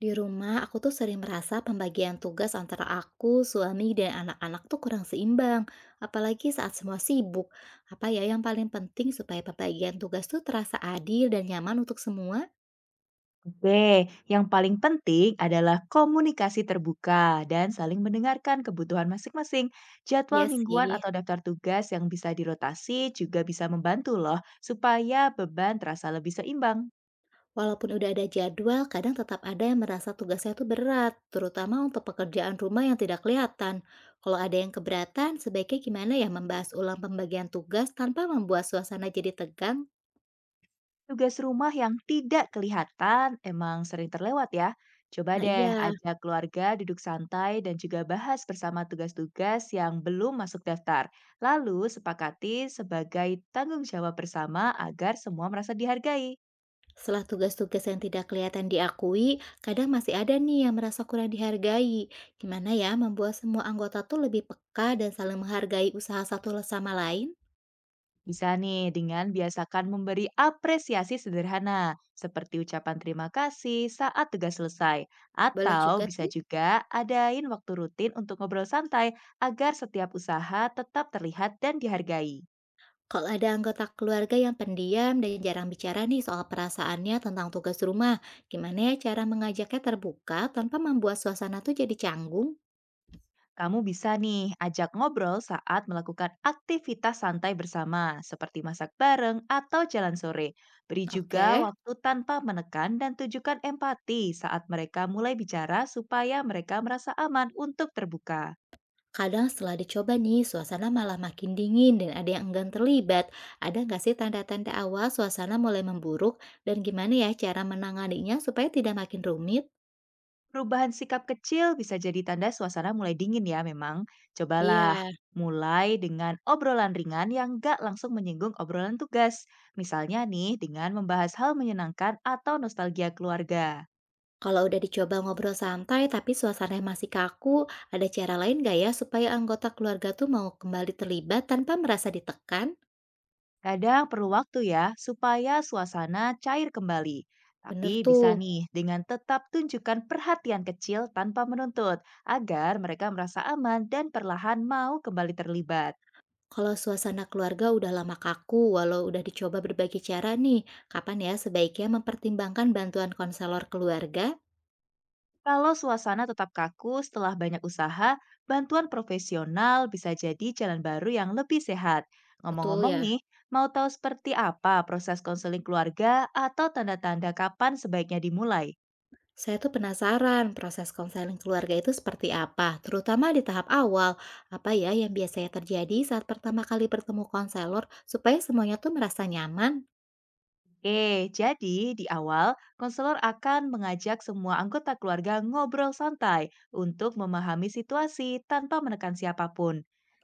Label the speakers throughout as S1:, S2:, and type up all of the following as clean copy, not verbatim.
S1: Di rumah, aku tuh sering merasa pembagian tugas antara aku, suami, dan anak-anak tuh kurang seimbang. Apalagi saat semua sibuk. Apa ya yang paling penting supaya pembagian tugas tuh terasa adil dan nyaman untuk semua?
S2: Oke, yang paling penting adalah komunikasi terbuka dan saling mendengarkan kebutuhan masing-masing. Jadwal
S1: Ya
S2: mingguan
S1: sih,
S2: atau daftar tugas yang bisa dirotasi juga bisa membantu loh, supaya beban terasa lebih seimbang.
S1: walaupun udah ada jadwal, kadang tetap ada yang merasa tugasnya tuh berat, terutama untuk pekerjaan rumah yang tidak kelihatan. Kalau ada yang keberatan, sebaiknya gimana ya membahas ulang pembagian tugas tanpa membuat suasana jadi tegang?
S2: Tugas rumah yang tidak kelihatan emang sering terlewat ya. Coba
S1: Nah
S2: deh
S1: iya.
S2: ajak keluarga duduk santai dan juga bahas bersama tugas-tugas yang belum masuk daftar. Lalu sepakati sebagai tanggung jawab bersama agar semua merasa dihargai.
S1: Setelah tugas-tugas yang tidak kelihatan diakui, kadang masih ada nih yang merasa kurang dihargai. Gimana ya membuat semua anggota tuh lebih peka dan saling menghargai usaha satu sama lain?
S2: Bisa nih dengan biasakan memberi apresiasi sederhana, seperti ucapan terima kasih saat tugas selesai.
S1: Boleh
S2: Atau
S1: juga
S2: bisa
S1: tuh
S2: juga adain waktu rutin untuk ngobrol santai agar setiap usaha tetap terlihat dan dihargai.
S1: kalau ada anggota keluarga yang pendiam dan jarang bicara nih soal perasaannya tentang tugas rumah. Gimana ya cara mengajaknya terbuka tanpa membuat suasana tuh jadi canggung?
S2: Kamu bisa nih ajak ngobrol saat melakukan aktivitas santai bersama, seperti masak bareng atau jalan sore. Beri
S1: Oke.
S2: juga waktu tanpa menekan dan tunjukkan empati saat mereka mulai bicara supaya mereka merasa aman untuk terbuka.
S1: Kadang setelah dicoba nih, suasana malah makin dingin dan ada yang enggan terlibat. Ada nggak sih tanda-tanda awal suasana mulai memburuk dan gimana ya cara menanganinya supaya tidak makin rumit?
S2: Perubahan sikap kecil bisa jadi tanda suasana mulai dingin ya memang.
S1: Iya,
S2: Cobalah mulai dengan obrolan ringan yang gak langsung menyinggung obrolan tugas. Misalnya nih dengan membahas hal menyenangkan atau nostalgia keluarga.
S1: kalau udah dicoba ngobrol santai tapi suasana masih kaku, ada cara lain nggak ya supaya anggota keluarga tuh mau kembali terlibat tanpa merasa ditekan?
S2: Kadang perlu waktu ya supaya suasana cair kembali.
S1: Bener
S2: Tapi bisa
S1: tuh,
S2: nih dengan tetap tunjukkan perhatian kecil tanpa menuntut agar mereka merasa aman dan perlahan mau kembali terlibat.
S1: kalau suasana keluarga udah lama kaku, walau udah dicoba berbagai cara nih, kapan ya sebaiknya mempertimbangkan bantuan konselor keluarga?
S2: Kalau suasana tetap kaku setelah banyak usaha, bantuan profesional bisa jadi jalan baru yang lebih sehat.
S1: Betul
S2: Ngomong-ngomong
S1: ya.
S2: nih, mau tahu seperti apa proses konseling keluarga atau tanda-tanda kapan sebaiknya dimulai?
S1: Saya tuh penasaran proses konseling keluarga itu seperti apa, terutama di tahap awal. Apa ya yang biasanya terjadi saat pertama kali bertemu konselor supaya semuanya tuh merasa nyaman?
S2: Jadi di awal konselor akan mengajak semua anggota keluarga ngobrol santai untuk memahami situasi tanpa menekan siapapun.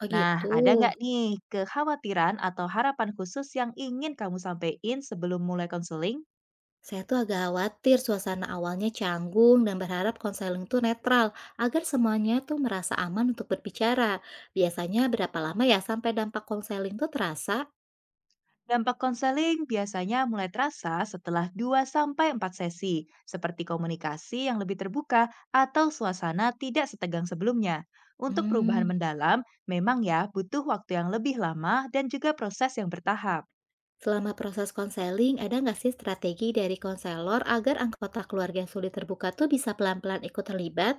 S1: Oh
S2: Nah,
S1: gitu.
S2: ada nggak nih kekhawatiran atau harapan khusus yang ingin kamu sampaikan sebelum mulai konseling?
S1: Saya tuh agak khawatir suasana awalnya canggung dan berharap konseling tuh netral agar semuanya tuh merasa aman untuk berbicara. Biasanya berapa lama ya sampai dampak konseling tuh terasa?
S2: Dampak konseling biasanya mulai terasa setelah 2 sampai 4 sesi, seperti komunikasi yang lebih terbuka atau suasana tidak setegang sebelumnya. Untuk perubahan
S1: Hmm.
S2: mendalam, memang ya butuh waktu yang lebih lama dan juga proses yang bertahap.
S1: Selama proses konseling, ada nggak sih strategi dari konselor agar anggota keluarga yang sulit terbuka tuh bisa pelan-pelan ikut terlibat?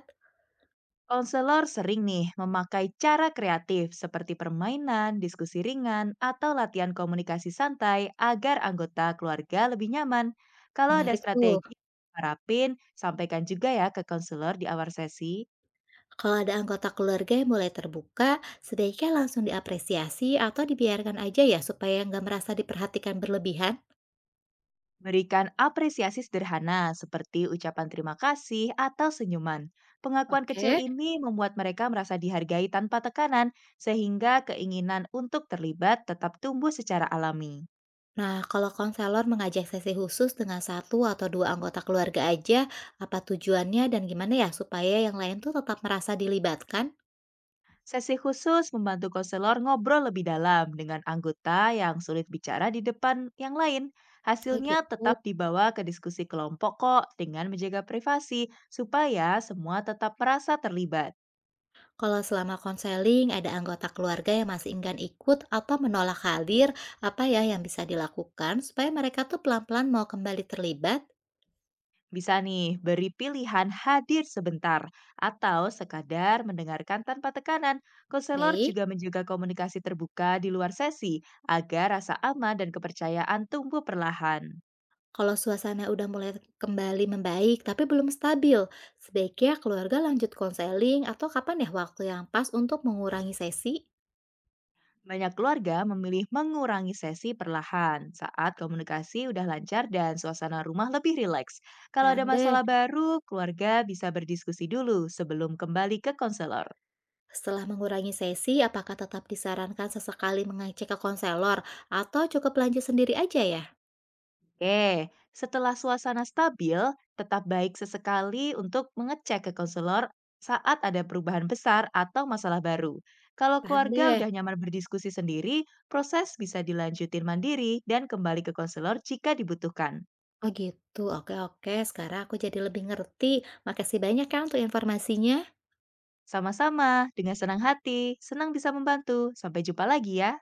S2: Konselor sering nih memakai cara kreatif seperti permainan, diskusi ringan, atau latihan komunikasi santai agar anggota keluarga lebih nyaman. Kalau ada
S1: Menarik tuh.
S2: strategi, harapin sampaikan juga ya ke konselor di awal sesi.
S1: Kalau ada anggota keluarga yang mulai terbuka, sebaiknya langsung diapresiasi atau dibiarkan aja ya supaya nggak merasa diperhatikan berlebihan.
S2: Berikan apresiasi sederhana seperti ucapan terima kasih atau senyuman. Pengakuan kecil
S1: Oke.
S2: ini membuat mereka merasa dihargai tanpa tekanan, sehingga keinginan untuk terlibat tetap tumbuh secara alami.
S1: Nah, kalau konselor mengajak sesi khusus dengan satu atau dua anggota keluarga aja, apa tujuannya dan gimana ya supaya yang lain tuh tetap merasa dilibatkan?
S2: Sesi khusus membantu konselor ngobrol lebih dalam dengan anggota yang sulit bicara di depan yang lain.
S1: Oh
S2: Hasilnya
S1: gitu.
S2: tetap dibawa ke diskusi kelompok kok dengan menjaga privasi supaya semua tetap merasa terlibat.
S1: Kalau selama konseling ada anggota keluarga yang masih enggan ikut atau menolak hadir, apa ya yang bisa dilakukan supaya mereka tuh pelan-pelan mau kembali terlibat?
S2: Bisa nih beri pilihan hadir sebentar atau sekadar mendengarkan tanpa tekanan. Konselor
S1: Baik,
S2: juga menjaga komunikasi terbuka di luar sesi agar rasa aman dan kepercayaan tumbuh perlahan.
S1: kalau suasana udah mulai kembali membaik tapi belum stabil, sebaiknya keluarga lanjut konseling atau kapan ya waktu yang pas untuk mengurangi sesi?
S2: Banyak keluarga memilih mengurangi sesi perlahan saat komunikasi udah lancar dan suasana rumah lebih rileks. Kalau ada
S1: Paham deh.
S2: masalah baru, keluarga bisa berdiskusi dulu sebelum kembali ke konselor.
S1: Setelah mengurangi sesi, apakah tetap disarankan sesekali mengecek ke konselor atau cukup lanjut sendiri aja ya?
S2: Oke, setelah suasana stabil, tetap baik sesekali untuk mengecek ke konselor saat ada perubahan besar atau masalah baru. Kalau
S1: Paham
S2: keluarga
S1: deh.
S2: udah nyaman berdiskusi sendiri, proses bisa dilanjutin mandiri dan kembali ke konselor jika dibutuhkan.
S1: Oh gitu, oke oke sekarang aku jadi lebih ngerti. Makasih banyak ya untuk informasinya.
S2: Sama-sama, dengan senang hati, senang bisa membantu. Sampai jumpa lagi ya.